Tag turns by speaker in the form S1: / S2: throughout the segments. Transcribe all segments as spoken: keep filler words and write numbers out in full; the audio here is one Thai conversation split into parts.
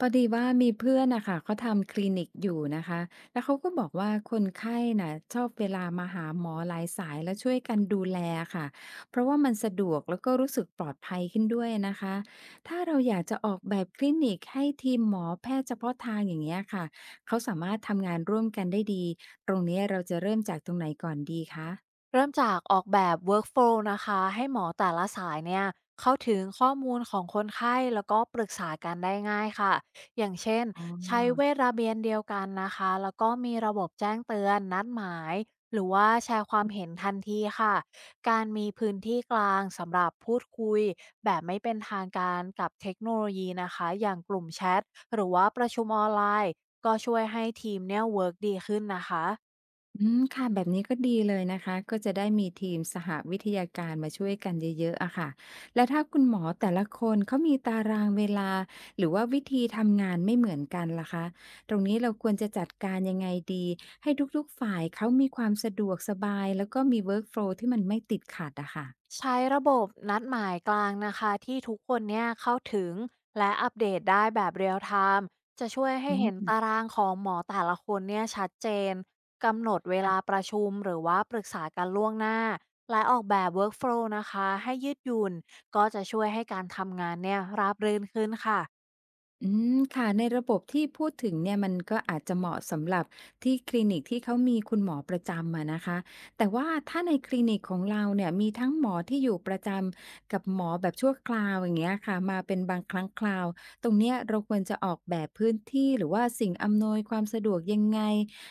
S1: พอดีว่ามีเพื่อนนะคะเขาทำคลินิกอยู่นะคะแล้วเขาก็บอกว่าคนไข้น่ะชอบเวลามาหาหมอหลายสายแล้วช่วยกันดูแลค่ะเพราะว่ามันสะดวกแล้วก็รู้สึกปลอดภัยขึ้นด้วยนะคะถ้าเราอยากจะออกแบบคลินิกให้ทีมหมอแพทย์เฉพาะทางอย่างเงี้ยค่ะเขาสามารถทำงานร่วมกันได้ดีตรงนี้เราจะเริ่มจากตรงไหนก่อนดีคะ
S2: เริ่มจากออกแบบ เวิร์กโฟลว์ นะคะให้หมอแต่ละสายเนี่ยเข้าถึงข้อมูลของคนไข้แล้วก็ปรึกษากันได้ง่ายค่ะอย่างเช่น
S1: อ๋อ
S2: ใช้เวทระเบียนเดียวกันนะคะแล้วก็มีระบบแจ้งเตือนนัดหมายหรือว่าแชร์ความเห็นทันทีค่ะการมีพื้นที่กลางสำหรับพูดคุยแบบไม่เป็นทางการกับเทคโนโลยีนะคะอย่างกลุ่มแชทหรือว่าประชุมออนไลน์ก็ช่วยให้ทีมเนี่ยเวิร์กดีขึ้นนะคะ
S1: อืมค่ะแบบนี้ก็ดีเลยนะคะก็จะได้มีทีมสหวิทยาการมาช่วยกันเยอะๆอะค่ะแล้วถ้าคุณหมอแต่ละคนเขามีตารางเวลาหรือว่าวิธีทำงานไม่เหมือนกันล่ะคะตรงนี้เราควรจะจัดการยังไงดีให้ทุกๆฝ่ายเขามีความสะดวกสบายแล้วก็มีเวิร์กโฟลที่มันไม่ติดขัดอะค่ะ
S2: ใช้ระบบนัดหมายกลางนะคะที่ทุกคนเนี่ยเข้าถึงและอัปเดตได้แบบเรียลไทม์จะช่วยให้
S1: อื
S2: เห็น
S1: ม
S2: ตารางของหมอแต่ละคนเนี่ยชัดเจนกำหนดเวลา
S1: ค่ะ
S2: ประชุมหรือว่าปรึกษากันล่วงหน้าและออกแบบ Workflow นะคะให้ยืดหยุ่นก็จะช่วยให้การทำงานเนี่ยราบรื่นขึ้นค่ะ
S1: อืมค่ะในระบบที่พูดถึงเนี่ยมันก็อาจจะเหมาะสำหรับที่คลินิกที่เขามีคุณหมอประจำอะนะคะแต่ว่าถ้าในคลินิกของเราเนี่ยมีทั้งหมอที่อยู่ประจำกับหมอแบบชั่วคราวอย่างเงี้ยค่ะมาเป็นบางครั้งคราวตรงเนี้ยเราควรจะออกแบบพื้นที่หรือว่าสิ่งอำนวยความสะดวกยังไง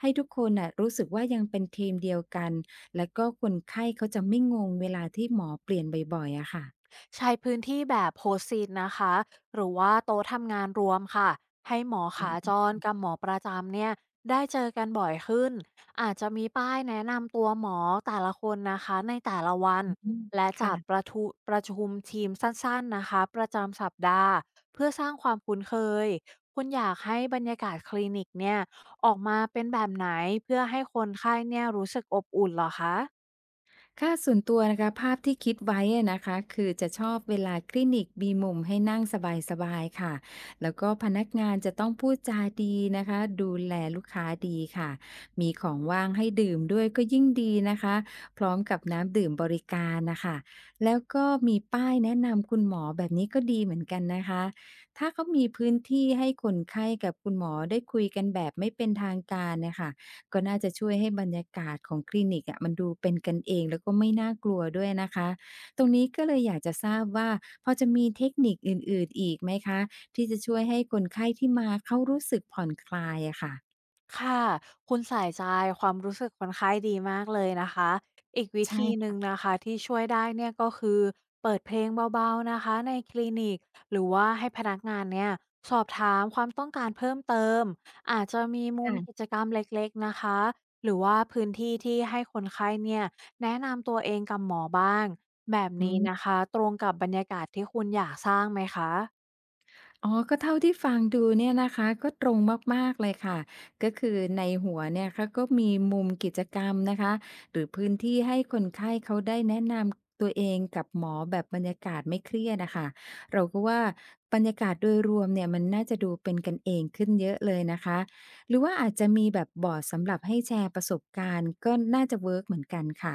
S1: ให้ทุกคนน่ะรู้สึกว่ายังเป็นทีมเดียวกันแล้วก็คนไข้เขาจะไม่งงเวลาที่หมอเปลี่ยนบ่อยๆอะค่ะ
S2: ใช้พื้นที่แบบโฮสต์ซีทนะคะหรือว่าโต๊ะทำงานรวมค่ะให้หมอ
S1: อ๋
S2: ขาจ
S1: อ
S2: รกับหมอประจำเนี่ยได้เจอกันบ่อยขึ้นอาจจะมีป้ายแนะนำตัวหมอแต่ละคนนะคะในแต่ละวันและจัดป
S1: ค่ะ
S2: ระทุประชุมทีมสั้นๆนะคะประจำสัปดาห์เพื่อสร้างความคุ้นเคยคุณอยากให้บรรยากาศคลินิกเนี่ยออกมาเป็นแบบไหนเพื่อให้คนไข้เนี่ยรู้สึกอบอุ่นเหรอคะ
S1: ค่าส่วนตัวนะคะภาพที่คิดไว้อะนะคะคือจะชอบเวลาคลินิกมีมุมให้นั่งสบายๆค่ะแล้วก็พนักงานจะต้องพูดจาดีนะคะดูแลลูกค้าดีค่ะมีของว่างให้ดื่มด้วยก็ยิ่งดีนะคะพร้อมกับน้ำดื่มบริการน่ะค่ะแล้วก็มีป้ายแนะนำคุณหมอแบบนี้ก็ดีเหมือนกันนะคะถ้าเขามีพื้นที่ให้คนไข้กับคุณหมอได้คุยกันแบบไม่เป็นทางการน่ะค่ะ ก็น่าจะช่วยให้บรรยากาศของคลินิกอะมันดูเป็นกันเองแล้วก็ไม่น่ากลัวด้วยนะคะตรงนี้ก็เลยอยากจะทราบว่าพอจะมีเทคนิคอื่นๆอีกไหมคะที่จะช่วยให้คนไข้ที่มาเขารู้สึกผ่อนคลายอะค่ะ
S2: ค่ะคุณใส่ใจความรู้สึกคนไข้ดีมากเลยนะคะอีกวิ
S1: ใช่
S2: ธีหนึ่ง
S1: ค่ะ
S2: นะคะที่ช่วยได้เนี่ยก็คือเปิดเพลงเบาๆนะคะในคลินิกหรือว่าให้พนักงานเนี่ยสอบถามความต้องการเพิ่มเติมอาจจะมีมุมกิ
S1: ค่ะ
S2: จกรรมเล็กๆนะคะหรือว่าพื้นที่ที่ให้คนไข้เนี่ยแนะนำตัวเองกับหมอบ้างแบบ
S1: อื
S2: นี้
S1: ม
S2: นะคะตรงกับบรรยากาศที่คุณอยากสร้างไหมคะ
S1: อ๋อก็เท่าที่ฟังดูเนี่ยนะคะก็ตรงมากๆเลยค่ะก็คือในหัวเนี่ยเขาก็มีมุมกิจกรรมนะคะหรือพื้นที่ให้คนไข้เขาได้แนะนำตัวเองกับหมอแบบบรรยากาศไม่เครียดอะค่ะเราก็ว่าบรรยากาศโดยรวมเนี่ยมันน่าจะดูเป็นกันเองขึ้นเยอะเลยนะคะหรือว่าอาจจะมีแบบบอร์ดสำหรับให้แชร์ประสบการณ์ก็น่าจะเวิร์กเหมือนกันค่ะ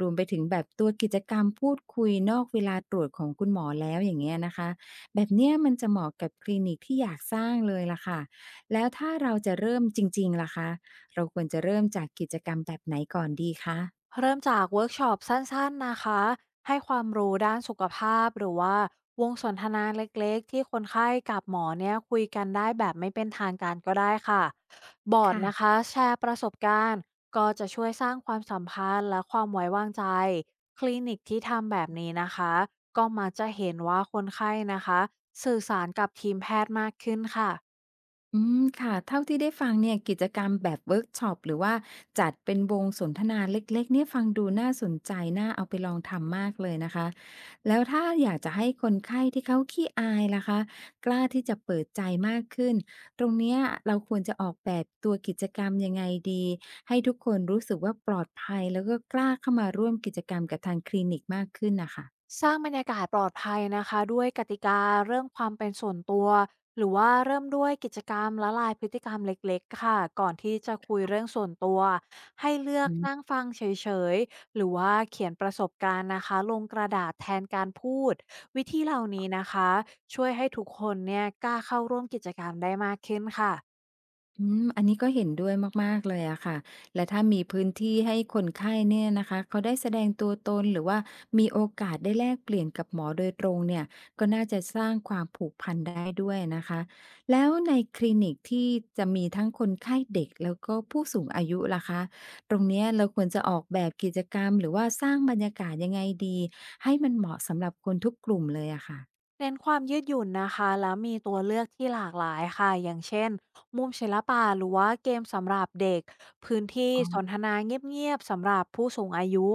S1: รวมไปถึงแบบตัวกิจกรรมพูดคุยนอกเวลาตรวจของคุณหมอแล้วอย่างเงี้ยนะคะ แบบเนี้ยมันจะเหมาะกับคลินิกที่อยากสร้างเลยล่ะค่ะ แล้วถ้าเราจะเริ่มจริงๆล่ะคะเราควรจะเริ่มจากกิจกรรมแบบไหนก่อนดีคะ
S2: เริ่มจากเวิร์กช็อปสั้นๆนะคะให้ความรู้ด้านสุขภาพหรือว่าวงสนทนาเล็กๆที่คนไข้กับหมอเนี่ยคุยกันได้แบบไม่เป็นทางการก็ได้ค่ะบอร์ด
S1: ค่ะ
S2: นะคะแชร์ประสบการณ์ก็จะช่วยสร้างความสัมพันธ์และความไว้วางใจคลินิกที่ทำแบบนี้นะคะก็มักจะเห็นว่าคนไข้นะคะสื่อสารกับทีมแพทย์มากขึ้นค่ะ
S1: อืมค่ะเท่าที่ได้ฟังเนี่ยกิจกรรมแบบเวิร์กช็อปหรือว่าจัดเป็นวงสนทนาเล็กๆเนี่ยฟังดูน่าสนใจน่าเอาไปลองทำมากเลยนะคะแล้วถ้าอยากจะให้คนไข้ที่เขาขี้อายล่ะคะกล้าที่จะเปิดใจมากขึ้นตรงเนี้ยเราควรจะออกแบบตัวกิจกรรมยังไงดีให้ทุกคนรู้สึกว่าปลอดภัยแล้วก็กล้าเข้ามาร่วมกิจกรรมกับทางคลินิกมากขึ้นน่ะค่ะ
S2: สร้างบรรยากาศปลอดภัยนะคะด้วยกติกาเรื่องความเป็นส่วนตัวหรือว่าเริ่มด้วยกิจกรรมละลายพฤติกรรมเล็กๆค่ะก่อนที่จะคุยเรื่องส่วนตัวให้เลือกนั่งฟังเฉยๆหรือว่าเขียนประสบการณ์นะคะลงกระดาษแทนการพูดวิธีเหล่านี้นะคะช่วยให้ทุกคนเนี่ยกล้าเข้าร่วมกิจกรรมได้มากขึ้นค่ะ
S1: อืมอันนี้ก็เห็นด้วยมากๆเลยอะค่ะและถ้ามีพื้นที่ให้คนไข้เนี่ยนะคะเขาได้แสดงตัวตนหรือว่ามีโอกาสได้แลกเปลี่ยนกับหมอโดยตรงเนี่ยก็น่าจะสร้างความผูกพันได้ด้วยนะคะแล้วในคลินิกที่จะมีทั้งคนไข้เด็กแล้วก็ผู้สูงอายุล่ะคะตรงเนี้ยเราควรจะออกแบบกิจกรรมหรือว่าสร้างบรรยากาศยังไงดีให้มันเหมาะสำหรับคนทุกกลุ่มเลยอะค่
S2: เน้นความยืดหยุ่นนะคะแล้วมีตัวเลือกที่หลากหลายค่ะอย่างเช่นมุมศิลปะหรือว่าเกมสำหรับเด็กพื้นที่สนท
S1: ะ
S2: นาเงียบๆสำหรับผู้สูงอายุ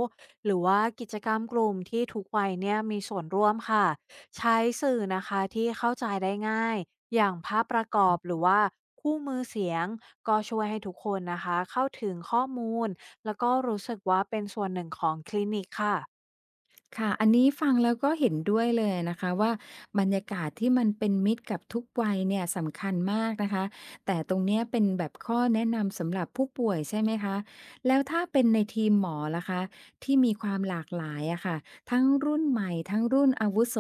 S2: หรือว่ากิจกรรมกลุ่มที่ทุกวัยเนี่ยมีส่วนร่วมค่ะใช้สื่อนะคะที่เข้าใจได้ง่ายอย่างภาพประกอบหรือว่าคู่มือเสียงก็ช่วยให้ทุกคนนะคะเข้าถึงข้อมูลแล้วก็รู้สึกว่าเป็นส่วนหนึ่งของคลินิกค่ะ
S1: ค่ะ อันนี้ฟังแล้วก็เห็นด้วยเลยนะคะว่าบรรยากาศที่มันเป็นมิตรกับทุกวัยเนี่ยสำคัญมากนะคะแต่ตรงเนี้ยเป็นแบบข้อแนะนำสำหรับผู้ป่วยใช่ไหมคะแล้วถ้าเป็นในทีมหมอล่ะคะที่มีความหลากหลายอะค่ะทั้งรุ่นใหม่ทั้งรุ่นอาวุโส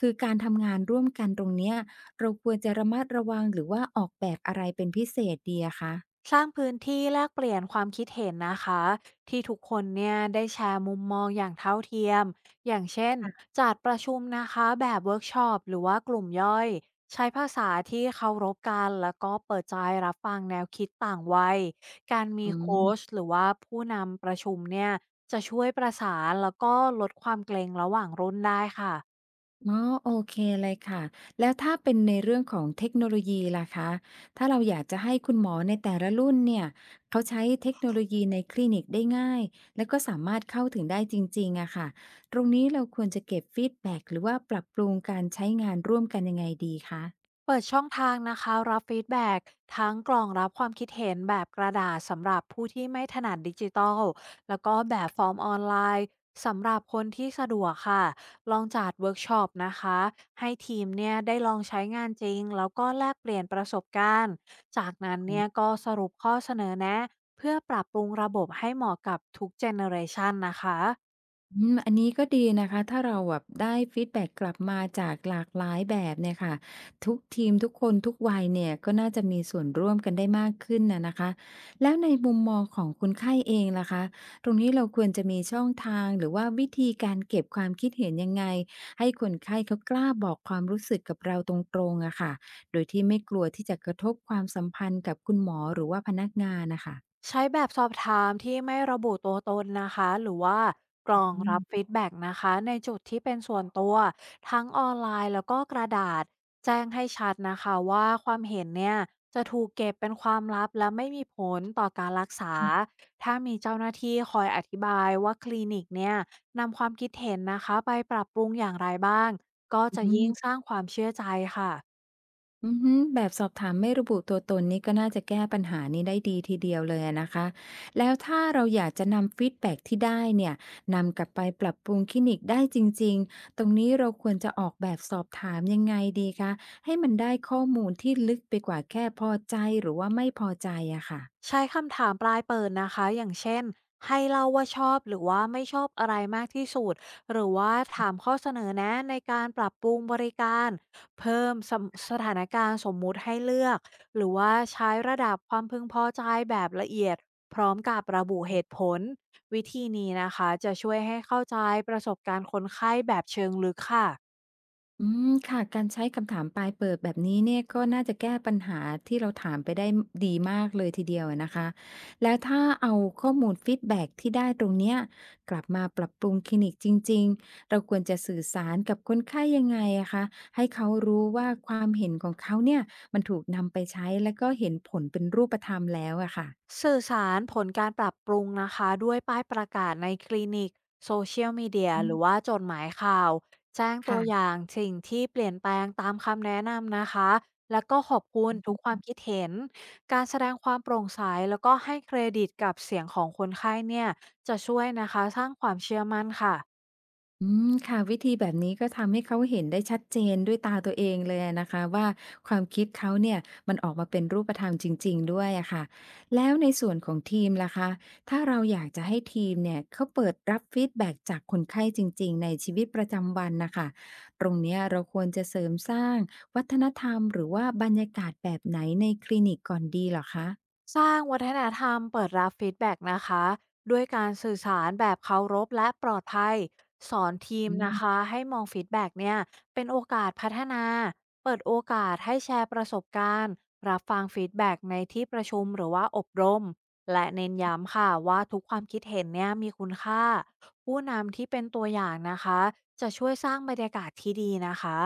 S1: คือการทำงานร่วมกันตรงเนี้ยเราควรจะระมัดระวังหรือว่าออกแบบอะไรเป็นพิเศษดีอะคะ
S2: สร้างพื้นที่แลกเปลี่ยนความคิดเห็นนะคะที่ทุกคนเนี่ยได้แชร์มุมมองอย่างเท่าเทียมอย่างเช่น
S1: ค่ะ
S2: จัดประชุมนะคะแบบเวิร์กช็อปหรือว่ากลุ่มย่อยใช้ภาษาที่เคารพกันแล้วก็เปิดใจรับฟังแนวคิดต่างวัยการมี
S1: อื
S2: โค้ช
S1: ม
S2: หรือว่าผู้นำประชุมเนี่ยจะช่วยประสานแล้วก็ลดความเกรงระหว่างรุ่นได้ค่ะ
S1: อ๋อโอเคเลยค่ะแล้วถ้าเป็นในเรื่องของเทคโนโลยีล่ะคะถ้าเราอยากจะให้คุณหมอในแต่ละรุ่นเนี่ยเขาใช้เทคโนโลยีในคลินิกได้ง่ายแล้วก็สามารถเข้าถึงได้จริงๆอะค่ะตรงนี้เราควรจะเก็บฟีดแบ็กหรือว่าปรับปรุงการใช้งานร่วมกันยังไงดีคะ
S2: เปิดช่องทางนะคะรับฟีดแบ็กทั้งกล่องรับความคิดเห็นแบบกระดาษสำหรับผู้ที่ไม่ถนัดดิจิทัลแล้วก็แบบฟอร์มออนไลน์สำหรับคนที่สะดวกค่ะลองจัดเวิร์กช็อปนะคะให้ทีมเนี่ยได้ลองใช้งานจริงแล้วก็แลกเปลี่ยนประสบการณ์จากนั้นเนี่ยก็สรุปข้อเสนอแนะเพื่อปรับปรุงระบบให้เหมาะกับทุกเจเนอเรชันนะคะ
S1: อืมอันนี้ก็ดีนะคะถ้าเราแบบได้ฟีดแบ็กกลับมาจากหลากหลายแบบเนี่ยค่ะทุกทีมทุกคนทุกวัยเนี่ยก็น่าจะมีส่วนร่วมกันได้มากขึ้นนะนะคะแล้วในมุมมองของคุณไข้เองล่ะคะตรงนี้เราควรจะมีช่องทางหรือว่าวิธีการเก็บความคิดเห็นยังไงให้คนไข้เขากล้าบอกความรู้สึกกับเราตรงๆอะค่ะโดยที่ไม่กลัวที่จะกระทบความสัมพันธ์กับคุณหมอหรือว่าพนักงานนะคะ
S2: ใช้แบบสอบถามที่ไม่ระบุตัวตนนะคะหรือว่ากล่องรับฟีดแบ็กนะคะในจุดที่เป็นส่วนตัวทั้งออนไลน์แล้วก็กระดาษแจ้งให้ชัดนะคะว่าความเห็นเนี่ยจะถูกเก็บเป็นความลับและไม่มีผลต่อการรักษาถ้ามีเจ้าหน้าที่คอยอธิบายว่าคลินิกเนี่ยนำความคิดเห็นนะคะไปปรับปรุงอย่างไรบ้างก็จะ
S1: อื
S2: ยิ่งส
S1: ม
S2: ร้างความเชื่อใจค่ะ
S1: อือฮึแบบสอบถามไม่ระบุตัวตนนี่ก็น่าจะแก้ปัญหานี้ได้ดีทีเดียวเลยอะนะคะแล้วถ้าเราอยากจะนำฟีดแบ็กที่ได้เนี่ยนำกลับไปปรับปรุงคลินิกได้จริงๆตรงนี้เราควรจะออกแบบสอบถามยังไงดีคะให้มันได้ข้อมูลที่ลึกไปกว่าแค่พอใจหรือว่าไม่พอใจอะค่ะ
S2: ใช้คำถามปลายเปิดนะคะอย่างเช่นให้เล่าว่าชอบหรือว่าไม่ชอบอะไรมากที่สุดหรือว่าถามข้อเสนอแนะในการปรับปรุงบริการเพิ่มสสถานการณ์สมมุติให้เลือกหรือว่าใช้ระดับความพึงพอใจแบบละเอียดพร้อมกับระบุเหตุผลวิธีนี้นะคะจะช่วยให้เข้าใจประสบการณ์คนไข้แบบเชิงลึกค่ะ
S1: อืมค่ะการใช้คำถามปลายเปิดแบบนี้เนี่ยก็น่าจะแก้ปัญหาที่เราถามไปได้ดีมากเลยทีเดียวอะนะคะแล้วถ้าเอาข้อมูลฟีดแบ็กที่ได้ตรงเนี้ยกลับมาปรับปรุงคลินิกจริงๆเราควรจะสื่อสารกับคนไข้ยังไงอะคะให้เขารู้ว่าความเห็นของเขาเนี่ยมันถูกนำไปใช้แล้วก็เห็นผลเป็นรูปธรรมแล้วอะค่ะ
S2: สื่อสารผลการปรับปรุงนะคะด้วยป้ายประกาศในคลินิกโซเชียลมีเดีย
S1: อื
S2: ห
S1: ม
S2: รือว่าจดหมายข่าวแจ้งตัวอ
S1: ค่ะ
S2: ย่างสิ่งที่เปลี่ยนแปลงตามคำแนะนำนะคะแล้วก็ขอบคุณทุกความคิดเห็นการแสดงความโปร่งใสแล้วก็ให้เครดิตกับเสียงของคนไข้เนี่ยจะช่วยนะคะสร้างความเชื่อมั่นค่ะ
S1: อืมค่ะวิธีแบบนี้ก็ทำให้เขาเห็นได้ชัดเจนด้วยตาตัวเองเลยอะนะคะว่าความคิดเขาเนี่ยมันออกมาเป็นรูปธรรมจริงๆด้วยอะค่ะแล้วในส่วนของทีมล่ะคะถ้าเราอยากจะให้ทีมเนี่ยเขาเปิดรับฟีดแบ็กจากคนไข้จริงๆในชีวิตประจำวันนะคะตรงเนี้ยเราควรจะเสริมสร้างวัฒนธรรมหรือว่าบรรยากาศแบบไหนในคลินิกก่อนดีเหรอคะ
S2: สร้างวัฒนธรรมเปิดรับฟีดแบ็กนะคะด้วยการสื่อสารแบบเคารพและปลอดภัยสอนทีม
S1: อื
S2: นะคะ
S1: ม
S2: ให้มองฟีดแบ็กเนี่ยเป็นโอกาสพัฒนาเปิดโอกาสให้แชร์ประสบการณ์รับฟังฟีดแบ็กในที่ประชุมหรือว่าอบรมและเน้นย้ำค่ะว่าทุกความคิดเห็นเนี่ยมีคุณค่าผู้นำที่เป็นตัวอย่างนะคะจะช่วยสร้างบรรยากาศที่ดีนะคะ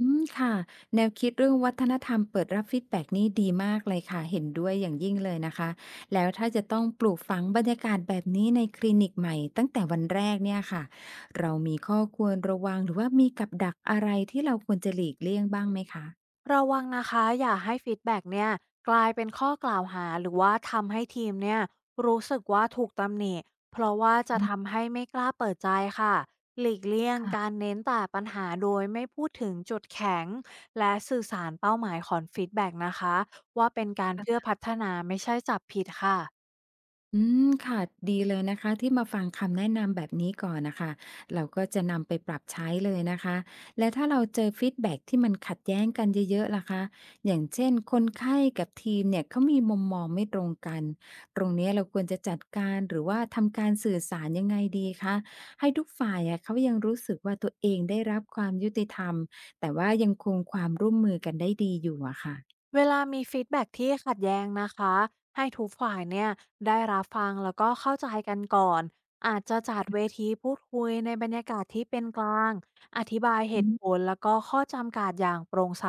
S1: อืมค่ะแนวคิดเรื่องวัฒนธรรมเปิดรับฟีดแบ็กนี่ดีมากเลยค่ะเห็นด้วยอย่างยิ่งเลยนะคะแล้วถ้าจะต้องปลูกฝังบรรยากาศแบบนี้ในคลินิกใหม่ตั้งแต่วันแรกเนี่ยค่ะเรามีข้อควรระวังหรือว่ามีกับดักอะไรที่เราควรจะหลีกเลี่ยงบ้างไหมคะ
S2: ระวังนะคะอย่าให้ฟีดแบ็กเนี่ยกลายเป็นข้อกล่าวหาหรือว่าทำให้ทีมเนี่ยรู้สึกว่าถูกตำหนิเพราะว่าจะ
S1: อืม
S2: ทำให้ไม่กล้าเปิดใจค่ะหลีกเลี่ยงกา
S1: ค่ะ
S2: รเน้นแต่ปัญหาโดยไม่พูดถึงจุดแข็งและสื่อสารเป้าหมายของฟีดแบ็กนะคะว่าเป็นการเพื่อพัฒนาไม่ใช่จับผิดค่ะ
S1: อืมค่ะดีเลยนะคะที่มาฟังคำแนะนำแบบนี้ก่อนนะคะเราก็จะนำไปปรับใช้เลยนะคะและถ้าเราเจอฟีดแบ็กที่มันขัดแย้งกันเยอะๆล่ะคะอย่างเช่นคนไข้กับทีมเนี่ยเขามีมุมมองไม่ตรงกันตรงเนี้ยเราควรจะจัดการหรือว่าทำการสื่อสารยังไงดีคะให้ทุกฝ่ายอะเขายังรู้สึกว่าตัวเองได้รับความยุติธรรมแต่ว่ายังคงความร่วมมือกันได้ดีอยู่อะค่ะ
S2: เวลามีฟีดแบ็กที่ขัดแย้งนะคะให้ทุกฝ่ายเนี่ยได้รับฟังแล้วก็เข้าใจกันก่อนอาจจะจัดเวทีพูดคุยในบรรยากาศที่เป็นกลางอธิบายเหตุผลแล้วก็ข้อจำกัดอย่างโปร่งใส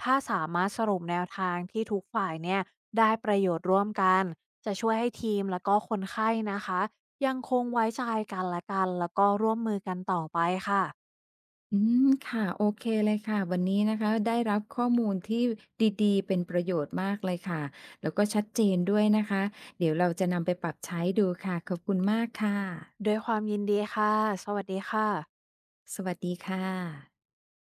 S2: ถ้าสามารถสรุปแนวทางที่ทุกฝ่ายเนี่ยได้ประโยชน์ร่วมกันจะช่วยให้ทีมแล้วก็คนไข้นะคะยังคงไว้ใจกันและกันแล้วก็ร่วมมือกันต่อไปค่ะ
S1: อืมค่ะโอเคเลยค่ะวันนี้นะคะได้รับข้อมูลที่ดีๆเป็นประโยชน์มากเลยค่ะแล้วก็ชัดเจนด้วยนะคะเดี๋ยวเราจะนำไปปรับใช้ดูค่ะขอบคุณมากค่ะ
S2: ด้วยความยินดีค่ะสวัสดีค่ะ
S1: สวัสดีค่ะ